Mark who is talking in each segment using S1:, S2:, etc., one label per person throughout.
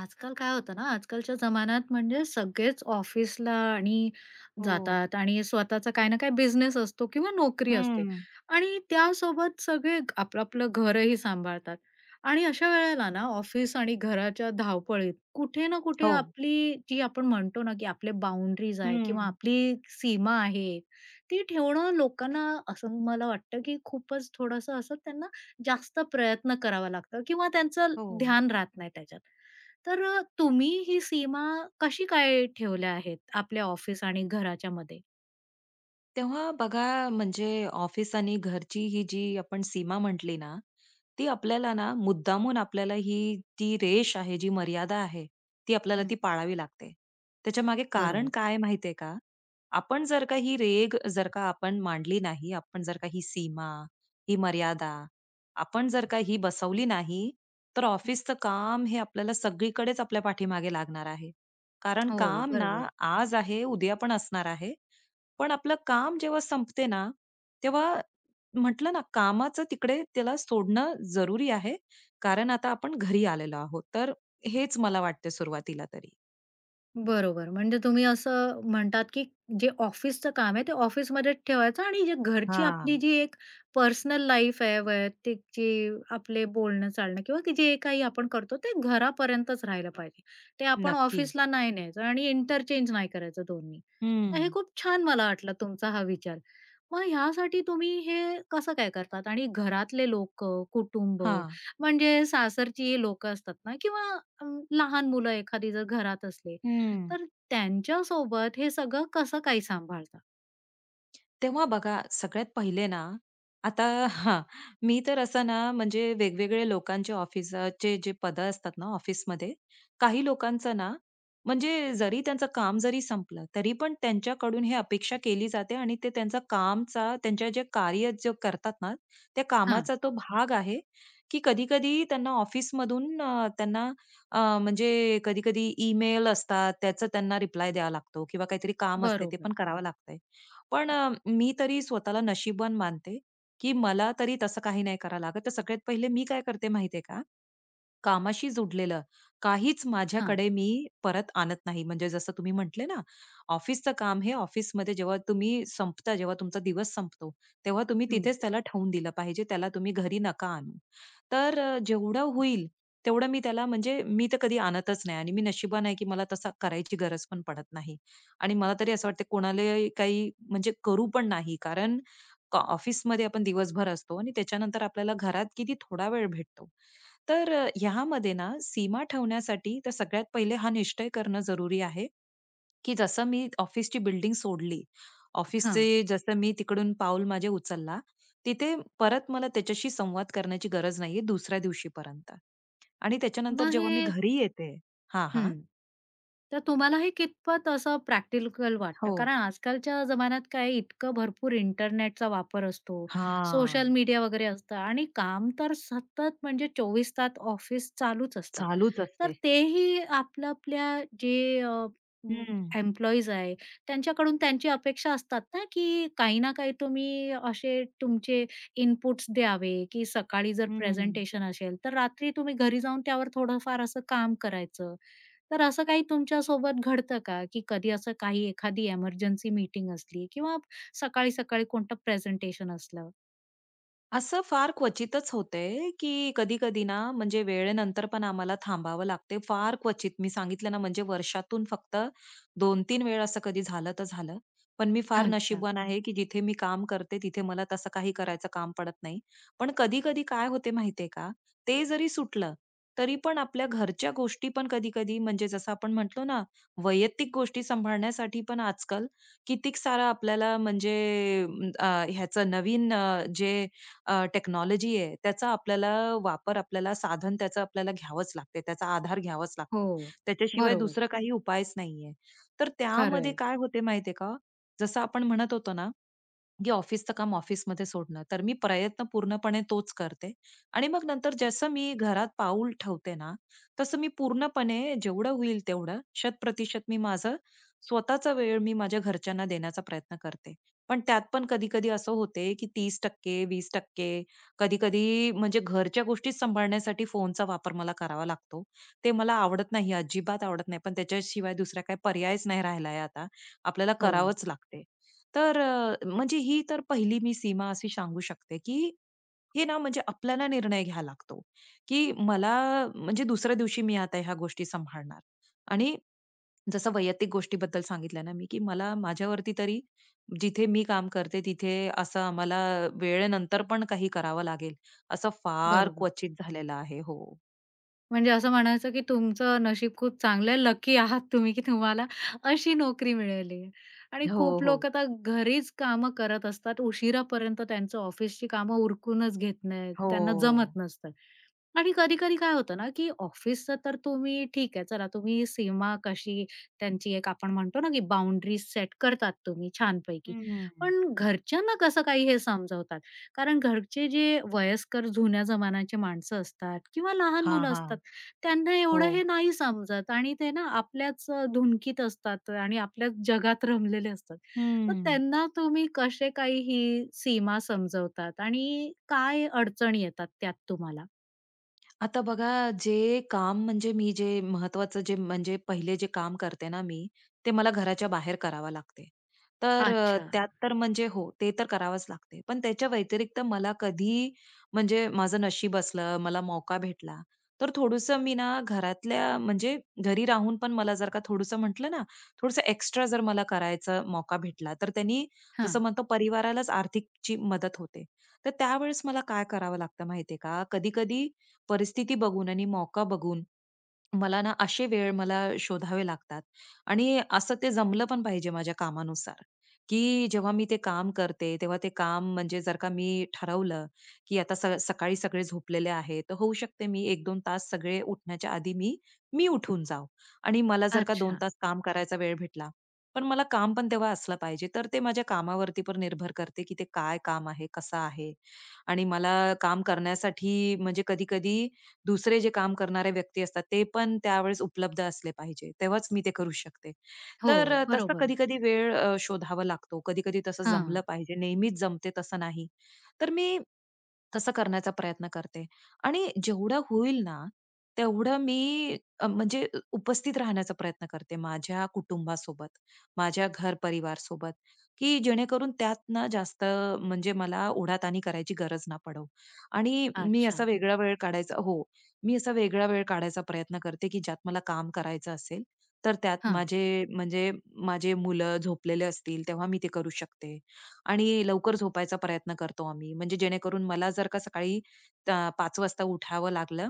S1: आजकाल काय होतं ना, आजकालच्या जमान्यात म्हणजे सगळेच ऑफिसला आणि
S2: हो.
S1: जातात आणि स्वतःचा काही ना काही बिझनेस असतो किंवा नोकरी असते
S2: हं.
S1: आणि त्यासोबत सगळे आपलं-आपलं घरही सांभाळतात आणि अशा वेळेला ना, ऑफिस आणि घराच्या धावपळीत कुठे ना कुठे
S2: हो.
S1: आपली जी आपण म्हणतो ना, की आपले बाउंडरीज आहे किंवा
S2: हं.
S1: आपली सीमा आहे, ती ठेवणं लोकांना असं मला वाटतं, की खूपच थोडंसं असं त्यांना जास्त प्रयत्न करावा लागतो किंवा त्यांचं
S2: हो.
S1: ध्यान राहत नाही त्याच्यात. तर तुम्ही ही सीमा कशी काय ठेवल्या आहेत आपल्या ऑफिस आणि घराच्या मध्ये?
S2: तेव्हा बघा. म्हणजे ऑफिस आणि घरची ही जी आपण सीमा म्हटली ना, ती आपल्याला ना मुद्दामून आपल्याला ही ती रेष आहे, जी मर्यादा आहे, ती आपल्याला
S1: हं.
S2: ती पाळावी लागते. त्याच्या मागे कारण
S1: बरोबर.
S2: काय माहितीये का? आपण जर का ही रेघ जर का आपण मांडली नाही, आपण जर का ही सीमा, ही मर्यादा, आपण जर का ही बसवली नाही, तर ऑफिसचं काम हे आपल्याला सगळीकडेच आपल्या पाठीमागे लागणार आहे. कारण
S1: हो,
S2: काम ना
S1: बरोबर.
S2: आज आहे, उद्या पण असणार आहे. पण आपलं काम जेव्हा संपते ना, तेव्हा म्हटलं ना कामाचं तिकडे त्याला सोडणं जरुरी आहे. कारण आता आपण घरी आलेलो आहोत. तर हेच मला वाटते सुरुवातीला तरी.
S1: बरोबर. म्हणजे तुम्ही असं म्हणतात, की जे ऑफिसचं काम आहे, ते ऑफिसमध्येच ठेवायचं आणि जे घरची आपली
S2: हां.
S1: जी एक पर्सनल लाईफ आहे, वैयक्तिक जी आपले बोलणं-चालणं किंवा की जे काही आपण करतो, ते घरापर्यंतच राहिलं पाहिजे. ते आपण
S2: नक्की.
S1: ऑफिसला नाही न्यायचं आणि इंटरचेंज नाही करायचं दोन्ही. तर हे
S2: हं.
S1: खूप छान मला वाटलं तुमचा हा विचार. मग ह्यासाठी तुम्ही हे कसं काय करतात? आणि घरातले लोकं, कुटुंब
S2: हां.
S1: म्हणजे सासरची लोकं असतात ना किंवा अ, लहान मुलं एखादी जर घरात असले,
S2: हं.
S1: तर त्यांच्यासोबत हे सगळं कसं काय सांभाळता?
S2: तेव्हा बघा, सगळ्यात पहिले ना आता हा मी तर असं ना म्हणजे वेगवेगळे लोकांचे ऑफिसचे जे पद असतात ना ऑफिसमध्ये काही लोकांचं ना म्हणजे जरी त्यांचं काम जरी संपलं तरी पण त्यांच्याकडून हे अपेक्षा केली जाते आणि ते त्यांचा कामचा त्यांच्या जे कार्य जे करतात ना त्या
S1: हां,
S2: कामाचा तो भाग आहे, की कधी कधी त्यांना ऑफिसमधून त्यांना म्हणजे कधी कधी ईमेल असतात त्याचं त्यांना रिप्लाय द्यावा लागतो किंवा काहीतरी काम असते ते
S1: बरोबर.
S2: पण करावं लागतंय. पण मी तरी स्वतःला नशीबवान मानते, की मला तरी तसं काही नाही करावं लागत. तर सगळ्यात पहिले मी काय करते माहितीये का, कामाशी जोडलेलं काहीच
S1: हां,
S2: माझ्याकडे मी परत आणत नाही. म्हणजे जसं तुम्ही म्हटले ना, ऑफिसचं काम हे ऑफिसमध्ये जेव्हा तुम्ही संपता, जेव्हा तुमचा दिवस संपतो, तेव्हा तुम्ही
S1: हं.
S2: तिथेच त्याला ठेवून दिलं पाहिजे. त्याला तुम्ही घरी नका आणू. तर जेवढं होईल तेवढं मी त्याला म्हणजे मी तर कधी आणतच नाही आणि मी नशिबान आहे, की मला तसं करायची गरज पण पडत नाही. आणि मला तरी असं वाटतं कोणालाही काही म्हणजे करू पण नाही. कारण ऑफिसमध्ये आपण दिवसभर असतो आणि त्याच्यानंतर आपल्याला घरात किती थोडा वेळ भेटतो. तर ह्यामध्ये ना सीमा ठेवण्यासाठी तर सगळ्यात पहिले हा निश्चय करणं जरुरी आहे, की जसं मी ऑफिसची बिल्डिंग सोडली,
S1: हां.
S2: ऑफिसचे जसं मी तिकडून पाऊल माझे उचलला, तिथे परत मला त्याच्याशी संवाद करण्याची गरज नाहीये दुसऱ्या दिवशीपर्यंत. आणि त्याच्यानंतर
S1: मग
S2: जेव्हा
S1: हे
S2: मी घरी येते हां, हां.
S1: हं. तर तुम्हाला हे कितपत असं प्रॅक्टिकल वाटतं?
S2: हो.
S1: कारण आजकालच्या जमान्यात काय इतकं भरपूर इंटरनेटचा वापर असतो,
S2: हां,
S1: सोशल मीडिया वगैरे असतं आणि काम तर सतत म्हणजे 24 तास ऑफिस चालूच असतात.
S2: चालूच
S1: तर
S2: असते.
S1: तेही आपल्या-आपल्या जे अं,
S2: हं,
S1: एम्प्लॉईज आहे, त्यांच्याकडून त्यांची अपेक्षा असतात ना, की काही ना काही तुम्ही असे तुमचे इनपुट्स द्यावे, की सकाळी जर
S2: हं.
S1: प्रेझेंटेशन असेल, तर रात्री तुम्ही घरी जाऊन त्यावर थोडंफार असं काम करायचं. तर असं काही तुमच्या सोबत घडतं का, की कधी असं काही एखादी एमर्जन्सी मीटिंग असली किंवा सकाळी-सकाळी कोणतं प्रेझेंटेशन असलं?
S2: असं फार क्वचितच होतंय, की कधी-कधी ना म्हणजे वेळेनंतर पण आम्हाला थांबावं लागते. फार क्वचित मी सांगितलं ना म्हणजे वर्षातून फक्त 2-3 वेळ असं कधी झालं तर झालं. पण मी फार
S1: अच्छा.
S2: नशीबवान आहे, की जिथे मी काम करते तिथे मला तसं काही करायचं काम पडत नाही. पण कधी-कधी काय होते माहितीये का? ते जरी सुटलं, तरी पण आपल्या घरच्या गोष्टी पण कधी-कधी म्हणजे जसं आपण म्हटलो ना, वैयक्तिक गोष्टी सांभाळण्यासाठी पण आजकाल कितीक सारं आपल्याला म्हणजे अ, ह्याचं नवीन जे टेक्नॉलॉजी आहे त्याचा आपल्याला वापर आपल्याला साधन त्याचं आपल्याला घ्यावंच लागते. त्याचा आधार घ्यावाच लागतो.
S1: हो.
S2: त्याच्याशिवाय
S1: बरोबर.
S2: दुसरा काही उपायच नाहीये. तर त्यामध्ये
S1: खरं
S2: काय होते माहितीये का? जसं आपण म्हणत होतो ना, की ऑफिसचं काम ऑफिसमध्ये सोडणं. तर मी प्रयत्न पूर्णपणे तोच करते आणि मग नंतर जसं मी घरात पाऊल ठेवते ना, तसं मी पूर्णपणे जेवढं होईल तेवढं, शत प्रतिशत मी माझं स्वतःचा वेळ मी माझ्या घरच्यांना देण्याचा प्रयत्न करते. पण त्यात पण कधी-कधी असं होते, की 30%, 20% कधी-कधी म्हणजे घरच्या गोष्टीच सांभाळण्यासाठी फोनचा वापर मला करावा लागतो. ते मला आवडत नाही, अजिबात आवडत नाही. पण त्याच्याशिवाय दुसरा काही पर्यायच नाही राहिला आता. आपल्याला
S1: हो.
S2: करावंच लागते. तर म्हणजे ही तर पहिली मी सीमा अशी सांगू शकते, की हे ना म्हणजे आपल्याला निर्णय घ्यावा लागतो, की मला म्हणजे दुसऱ्या दिवशी मी आता ह्या गोष्टी सांभाळणार आणि जसं वैयक्तिक गोष्टीबद्दल सांगितलं ना मी, की मला माझ्यावरती तरी जिथे मी काम करते तिथे असं आम्हाला वेळेनंतर पण काही करावं लागेल, असं फार
S1: बरोबर.
S2: क्वचित झालेलं आहे. हो.
S1: म्हणजे असं म्हणायचं, की तुमचं नशीब खूप चांगलं आहे, लकी आहात तुम्ही, की तुम्हाला अशी नोकरी मिळाली आहे. आणि
S2: हो,
S1: खूप
S2: हो.
S1: लोकं तर घरीच कामं करत असतात. उशिरापर्यंत त्यांचं ऑफिसची कामं उरकूनच घेत नाहीत.
S2: हो.
S1: त्यांना जमत नसतं. आणि कधी-कधी काय होतं ना, की ऑफिसचं तर तुम्ही ठीक आहे, चला तुम्ही सीमा कशी त्यांची एक आपण म्हणतो ना, की बाउंडरी सेट करतात तुम्ही छानपैकी.
S2: हं.
S1: पण घरच्यांना कसं काही हे समजवतात? कारण घरचे जे वयस्कर जुन्या जमान्याचे माणसं असतात किंवा लहान
S2: हां,
S1: मुलं
S2: हां.
S1: असतात. त्यांना
S2: हो.
S1: एवढं हे नाही समजत आणि ते ना आपल्याच धुनकीत असतात आणि आपल्याच जगात रमलेले असतात. तर
S2: हं.
S1: त्यांना तुम्ही कसे काही ही सीमा समजवतात आणि काय अडचणी येतात त्यात तुम्हाला?
S2: आता बघा, जे काम म्हणजे मी जे महत्वाचं जे म्हणजे पहिले जे काम करते ना मी, ते मला घराच्या बाहेर करावं लागते. तर
S1: अच्छा.
S2: त्यात तर म्हणजे हो, ते तर करावंच लागते. पण त्याच्या व्यतिरिक्त मला कधी म्हणजे माझं नशीब असलं, मला मौका भेटला, तर थोडंसं मी ना घरातल्या म्हणजे घरी राहून पण मला जर का थोडंसं म्हटलं ना, थोडंसं एक्स्ट्रा जर मला करायचा मौका भेटला, तर त्यांनी जसं
S1: हां.
S2: म्हणतो परिवारालाच आर्थिकची मदत होते. तर त्यावेळेस मला काय करावं लागतं माहितीये का, कधी-कधी परिस्थिती बघून आणि मौका बघून मला ना असे वेळ मला शोधावे लागतात आणि असं ते जमलं पण पाहिजे माझ्या कामानुसार, की जेव्हा मी ते काम करते, तेव्हा ते काम म्हणजे जर का मी ठरवलं, की आता सकाळी सगळे झोपलेले आहेत, तर होऊ शकते मी 1-2 तास सगळे उठण्याच्या आधी मी, मी उठून जाऊ आणि मला जर का 2
S1: अच्छा.
S2: तास काम करायचा वेळ भेटला, पण मला काम पण तेव्हा असलं पाहिजे. तर ते माझ्या कामावरती पण निर्भर करते, की ते काय काम आहे, कसं आहे आणि मला काम करण्यासाठी म्हणजे कधी-कधी दुसरे जे काम करणारे व्यक्ती असतात, ते पण त्यावेळेस उपलब्ध असले पाहिजे. तेव्हाच मी ते करू शकते.
S1: हो,
S2: तर तसं
S1: बरोबर.
S2: कधी-कधी वेळ शोधावा लागतो. कधी-कधी तसं जमलं
S1: हां.
S2: पाहिजे. नेहमीच जमते तसं नाही. तर मी तसं करण्याचा प्रयत्न करते. आणि जेवढं होईल ना, तेवढं मी म्हणजे उपस्थित राहण्याचा प्रयत्न करते माझ्या कुटुंबासोबत, माझ्या घर-परिवारसोबत, की जेणेकरून त्यात ना जास्त म्हणजे मला ओढाताणी करायची गरज ना पडो. आणि मी
S1: अच्छा.
S2: असा वेगळा वेळ काढायचा, हो, मी असा वेगळा वेळ काढायचा प्रयत्न करते, की ज्यात मला काम करायचं असेल, तर त्यात
S1: हां.
S2: माझे म्हणजे माझे मुलं झोपलेले असतील, तेव्हा मी ते करू शकते. आणि लवकर झोपायचा प्रयत्न करतो आम्ही. म्हणजे जेणेकरून मला जर का सकाळी 5 वाजता उठावं लागलं,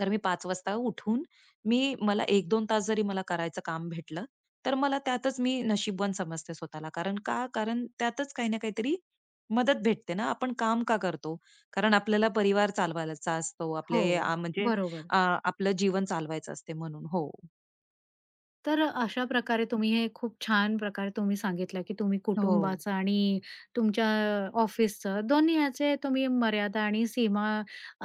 S2: तर मी पाच वाजता उठून मी मला एक 2 तास जरी मला करायचं काम भेटलं, तर मला त्यातच मी नशीबवान समजते स्वतःला. कारण का? कारण त्यातच काही ना काहीतरी मदत भेटते ना. आपण काम का करतो? कारण आपल्याला परिवार चालवायचा असतो. आपले
S1: हो,
S2: म्हणजे
S1: बरोबर.
S2: अ, आपलं जीवन चालवायचं असते म्हणून. हो.
S1: तर अशा प्रकारे तुम्ही हे खूप छान प्रकारे तुम्ही सांगितलं, की तुम्ही
S2: हो.
S1: कुटुंबाचं आणि तुमच्या ऑफिसचं दोन्ही ह्याचे तुम्ही मर्यादा आणि सीमा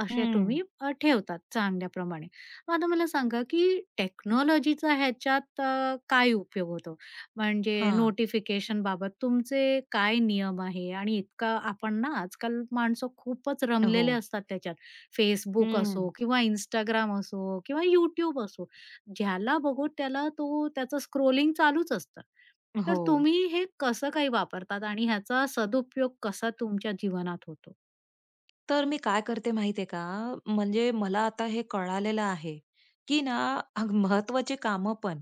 S1: अशा
S2: हं.
S1: तुम्ही ठेवतात चांगल्याप्रमाणे. मग आता मला सांगा, की टेक्नॉलॉजीचा ह्याच्यात काय उपयोग होतो? म्हणजे
S2: हां.
S1: नोटिफिकेशनबाबत तुमचे काय नियम आहे? आणि इतका आपण ना आजकाल माणसं खूपच
S2: हो.
S1: रमलेले असतात त्याच्यात. Facebook
S2: हं.
S1: असो किंवा Instagram असो किंवा YouTube असो. ज्याला बघू त्याला तो त्याचं स्क्रोलिंग चालूच असतं. तर
S2: हो.
S1: तुम्ही हे कसं काही वापरतात आणि ह्याचा सदुपयोग कसा तुमच्या जीवनात होतो?
S2: तर मी काय करते माहितीये का? म्हणजे मला आता हे कळालेलं आहे, की ना अग महत्त्वाचे कामं पण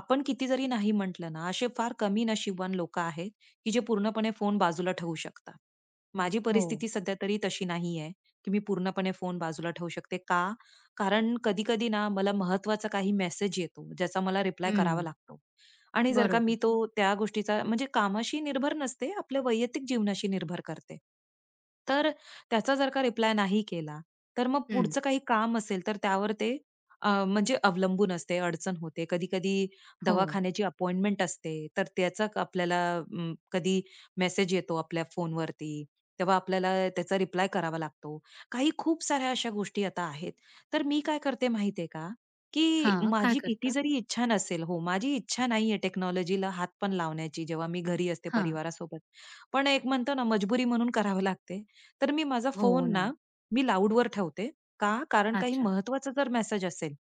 S2: आपण किती जरी नाही म्हटलं ना, असे फार कमी नशीबवान लोकं आहेत, की जे पूर्णपणे फोन बाजूला ठेवू शकतात. माझी
S1: हो.
S2: परिस्थिती सध्या तरी तशी नाहीये, की मी पूर्णपणे फोन बाजूला ठेवू शकते. का? कारण कधी-कधी ना मला महत्त्वाचा काही मेसेज येतो, ज्याचा मला रिप्लाय करावा
S1: हं.
S2: लागतो. आणि जर का
S1: बरोबर.
S2: मी तो त्या गोष्टीचा म्हणजे कामाशी निर्भर नसते, आपल्या वैयक्तिक जीवनाशी निर्भर करते. तर त्याचा जर का रिप्लाय नाही केला, तर मग
S1: हं.
S2: पुढचं काही काम असेल तर त्यावर ते म्हणजे अवलंबून असते, अडचण होते. कधी-कधी
S1: हो.
S2: दवाखान्याची अपॉइंटमेंट असते, तर त्याचा आपल्याला कधी मेसेज येतो आपल्या फोनवरती, तेव्हा आपल्याला त्याचा रिप्लाय करावा लागतो. काही खूप साऱ्या अशा गोष्टी आता आहेत. तर मी काय करते माहिती का, की
S1: हां, काय
S2: माझी किती
S1: करता?
S2: जरी इच्छा नसेल हो, माझी इच्छा नाहीये टेक्नॉलॉजीला हात पण लावण्याची जेव्हा मी घरी असते
S1: हां.
S2: परिवारासोबत. पण एक म्हणतो ना मजबुरी म्हणून करावं लागते. तर मी माझा
S1: हो
S2: फोन
S1: ना.
S2: ना, मी लाऊडवर ठेवते. का? कारण काही
S1: अच्छा.
S2: महत्त्वाचा जर मेसेज असेल,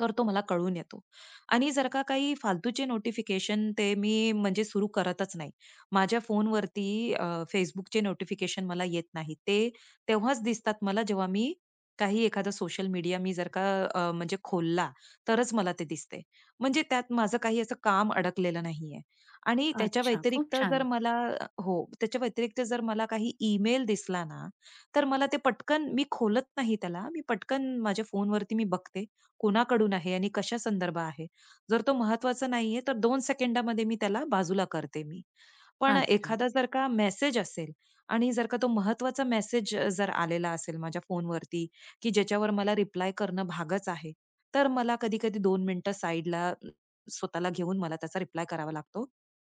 S2: तर तो मला कळून येतो. आणि जर का काही फालतूचे नोटिफिकेशन ते मी म्हणजे सुरू करतच नाही. माझ्या फोनवरती अ, Facebookचे नोटिफिकेशन मला येत नाही. ते तेव्हाच दिसतात मला जेव्हा मी काही एखादा सोशल मीडिया मी जर का म्हणजे खोलला तरच मला ते दिसते. म्हणजे त्यात माझं काही असं काम अडकलेलं नाहीये. आणि त्याच्या
S1: अच्छा. खूप
S2: व्यतिरिक्त जर
S1: छान.
S2: मला हो, त्याच्या व्यतिरिक्त जर मला काही ईमेल दिसला ना, तर मला ते पटकन मी खोलत नाही त्याला. मी पटकन माझ्या फोनवरती मी बघते, कोणाकडून आहे आणि कशा संदर्भ आहे. जर तो महत्त्वाचा नाहीये, तर 2 सेकंदामध्ये मी त्याला बाजूला करते मी. पण
S1: अच्छा.
S2: एखादा जर का मेसेज असेल आणि जर का तो महत्त्वाचा मेसेज जर आलेला असेल माझ्या फोनवरती, की ज्याच्यावर मला रिप्लाय करणं भागच आहे, तर मला कधी-कधी 2 मिनिटं साइडला स्वतःला घेऊन मला त्याचा रिप्लाय करावा लागतो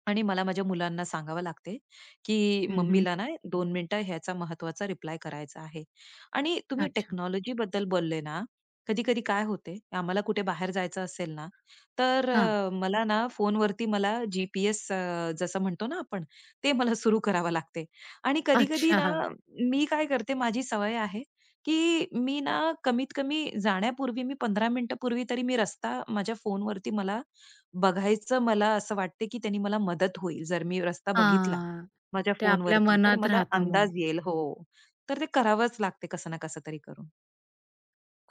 S2: आणि मला माझ्या मुलांना सांगावं लागते, की
S1: हं, हं.
S2: मम्मीला ना 2 मिनिटं ह्याचा महत्वाचा रिप्लाय करायचा आहे. आणि तुम्ही
S1: अच्छा.
S2: टेक्नॉलॉजीबद्दल बोलले ना, कधी-कधी काय होते, आम्हाला कुठे बाहेर जायचं असेल ना, तर
S1: हां.
S2: मला ना फोनवरती मला जी जसं म्हणतो ना आपण, ते मला सुरू करावं लागते. आणि कधी-कधी ना,
S1: अच्छा.
S2: मी काय करते, माझी सवय आहे, की मी ना कमीत कमी जाण्यापूर्वी मी 15 मिनिटं पूर्वी तरी मी रस्ता माझ्या फोनवरती मला बघायचं मला असं वाटते, की त्यांनी मला मदत होईल. जर मी रस्ता बघितला
S1: हां.
S2: माझ्या
S1: ते आपल्या
S2: फोनवरती, तर
S1: मनात
S2: मला
S1: राहतं मग.
S2: अंदाज येईल. हो. तर ते करावंच लागते कसं ना कसं तरी करून.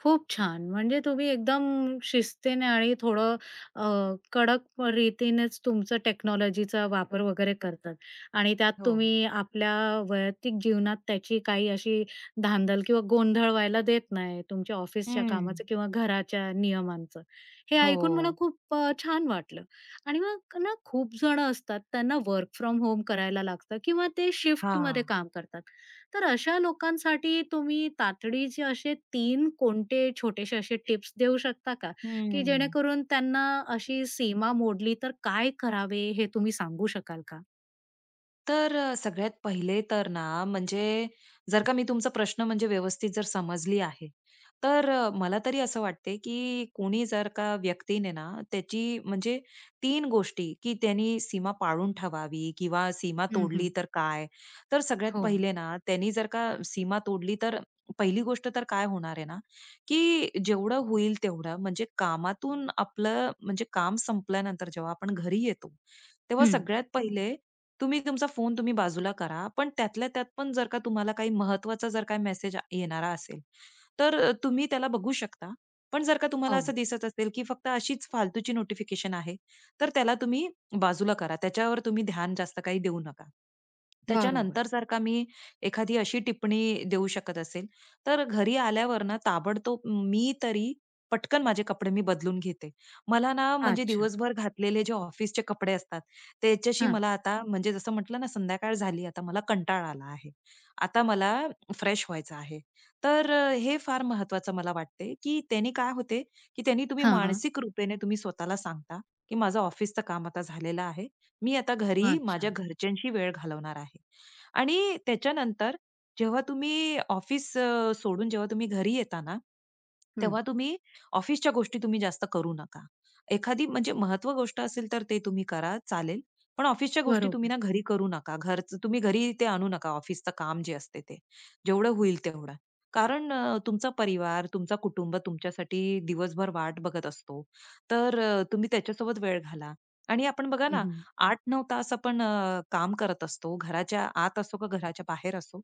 S1: खूप छान. म्हणजे तुम्ही एकदम शिस्तीने आणि थोडं अ, कडक रीतीनेच तुमचं टेक्नॉलॉजीचा वापर वगैरे करतात आणि त्यात
S2: हो.
S1: तुम्ही आपल्या वैयक्तिक जीवनात त्याची काही अशी धांदल किंवा गोंधळ व्हायला देत नाही तुमच्या ऑफिसच्या
S2: हं.
S1: कामाचं किंवा घराच्या नियमांचं. हे ऐकून मला
S2: हो.
S1: खूप छान वाटलं आणि मग ना खूप जण असतात त्यांना वर्क फ्रॉम होम करायला लागतं किंवा ते शिफ्टमध्ये
S2: हां.
S1: काम करतात. तर अशा लोकांसाठी तुम्ही तातडीचे असे तीन कोणते छोटेसे असे टिप्स देऊ शकता का? की
S2: हं.
S1: जेणेकरून त्यांना अशी सीमा मोडली तर काय करावे हे तुम्ही सांगू शकाल का?
S2: तर सगळ्यात पहिले तर ना, म्हणजे जर का मी तुमचा प्रश्न म्हणजे व्यवस्थित जर समजली आहे, तर मला तरी असं वाटते, की कोणी जर का व्यक्तीने ना, त्याची म्हणजे तीन गोष्टी, की त्यांनी सीमा पाळून ठेवावी किंवा सीमा
S1: हं,
S2: तोडली
S1: हं.
S2: तर काय? तर सगळ्यात
S1: हो.
S2: पहिले ना, त्यांनी जर का सीमा तोडली तर पहिली गोष्ट तर काय होणार आहे ना, की जेवढं होईल तेवढं म्हणजे कामातून आपलं म्हणजे काम संपल्यानंतर जेव्हा आपण घरी येतो, तेव्हा
S1: हं.
S2: सगळ्यात पहिले तुम्ही तुमचा फोन तुम्ही बाजूला करा. पण त्यातल्या त्यात पण जर का तुम्हाला काही महत्त्वाचा जर काही मेसेज येणारा असेल, तर तुम्ही त्याला बघू शकता. पण जर का तुम्हाला
S1: हो.
S2: असं दिसत असेल, की फक्त अशीच फालतूची नोटिफिकेशन आहे, तर त्याला तुम्ही बाजूला करा. त्याच्यावर तुम्ही ध्यान जास्त काही देऊ नका.
S1: बरोबर.
S2: त्याच्यानंतर जर का मी एखादी अशी टिप्पणी देऊ शकत असेल, तर घरी आल्यावर ना ताबडतोब मी तरी पटकन माझे कपडे मी बदलून घेते. मला ना म्हणजे
S1: अच्छा.
S2: दिवसभर घातलेले जे ऑफिसचे कपडे असतात त्याच्याशी
S1: हां.
S2: मला आता म्हणजे जसं म्हटलं ना, संध्याकाळ झाली आता मला कंटाळा आला आहे. आता मला फ्रेश व्हायचं आहे. तर हे फार महत्वाचं मला वाटते, की त्याने काय होते, की त्यांनी तुम्ही
S1: हां, हां.
S2: मानसिक रूपेने तुम्ही स्वतःला सांगता, की माझं ऑफिसचं काम आता झालेलं आहे. मी आता घरी
S1: अच्छा.
S2: माझ्या घरच्यांशी वेळ घालवणार आहे. आणि त्याच्यानंतर जेव्हा तुम्ही ऑफिस सोडून जेव्हा तुम्ही घरी येता ना,
S1: हं.
S2: तेव्हा तुम्ही ऑफिसच्या गोष्टी तुम्ही जास्त करू नका. एखादी म्हणजे महत्त्व गोष्ट असेल तर ते तुम्ही करा चालेल. पण ऑफिसच्या गोष्टी तुम्ही
S1: बरोबर.
S2: ना घरी करू नका. घरचं तुम्ही घरी ते आणू नका ऑफिसचं काम जे असते ते. जेवढं होईल तेवढं. कारण तुमचा परिवार, तुमचा कुटुंब तुमच्यासाठी दिवसभर वाट बघत असतो. तर तुम्ही त्याच्यासोबत वेळ घाला. आणि आपण बघा
S1: हं,
S2: ना
S1: हं.
S2: 8-9 तास आपण काम करत असतो. घराच्या आत असो का घराच्या बाहेर असो.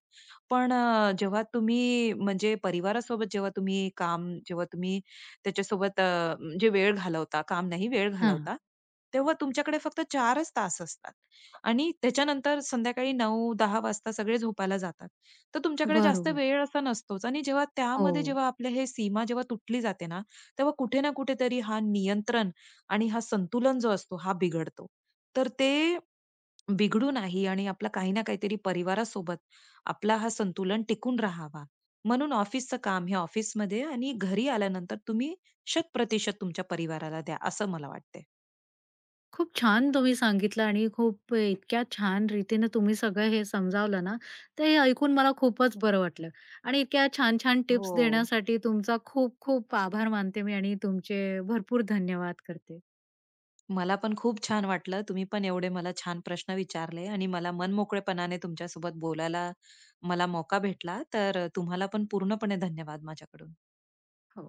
S2: पण जेव्हा तुम्ही म्हणजे परिवारासोबत जेव्हा तुम्ही काम जेव्हा तुम्ही त्याच्यासोबत म्हणजे वेळ घालवता, काम नाही वेळ
S1: हां.
S2: घालवता, तेव्हा तुमच्याकडे फक्त 4च तास असतात आणि त्याच्यानंतर संध्याकाळी 9-10 वाजता सगळे झोपायला जातात. तर तुमच्याकडे जास्त
S1: बरोबर.
S2: वेळ असा नसतोच आणि जेव्हा
S1: हो.
S2: त्यामध्ये जेव्हा आपल्या हे सीमा जेव्हा तुटली जाते ना, तेव्हा कुठे ना कुठेतरी हा नियंत्रण आणि हा संतुलन जो असतो हा बिघडतो. तर ते बिघडू नाही आणि आपला काही ना काहीतरी परिवारासोबत आपला हा संतुलन टिकून राहावा. म्हणून ऑफिसचं काम हे ऑफिसमध्ये आणि घरी आल्यानंतर तुम्ही 100% तुमच्या परिवाराला द्या, असं मला वाटते.
S1: खूप छान तुम्ही सांगितलं आणि खूप इतक्या छान रीतीने तुम्ही सगळं हे समजावलं ना, ते हे ऐकून मला खूपच बरं वाटलं आणि इतक्या छान-छान
S2: हो.
S1: टिप्स देण्यासाठी तुमचा खूप-खूप आभार मानते मी आणि तुमचे भरपूर धन्यवाद करते.
S2: मला पण खूप छान वाटलं. तुम्ही पण एवढे मला छान प्रश्न विचारले आणि मला मनमोकळेपणाने तुमच्यासोबत बोलायला मला मौका भेटला. तर तुम्हाला पण पूर्णपणे धन्यवाद माझ्याकडून.
S1: हो.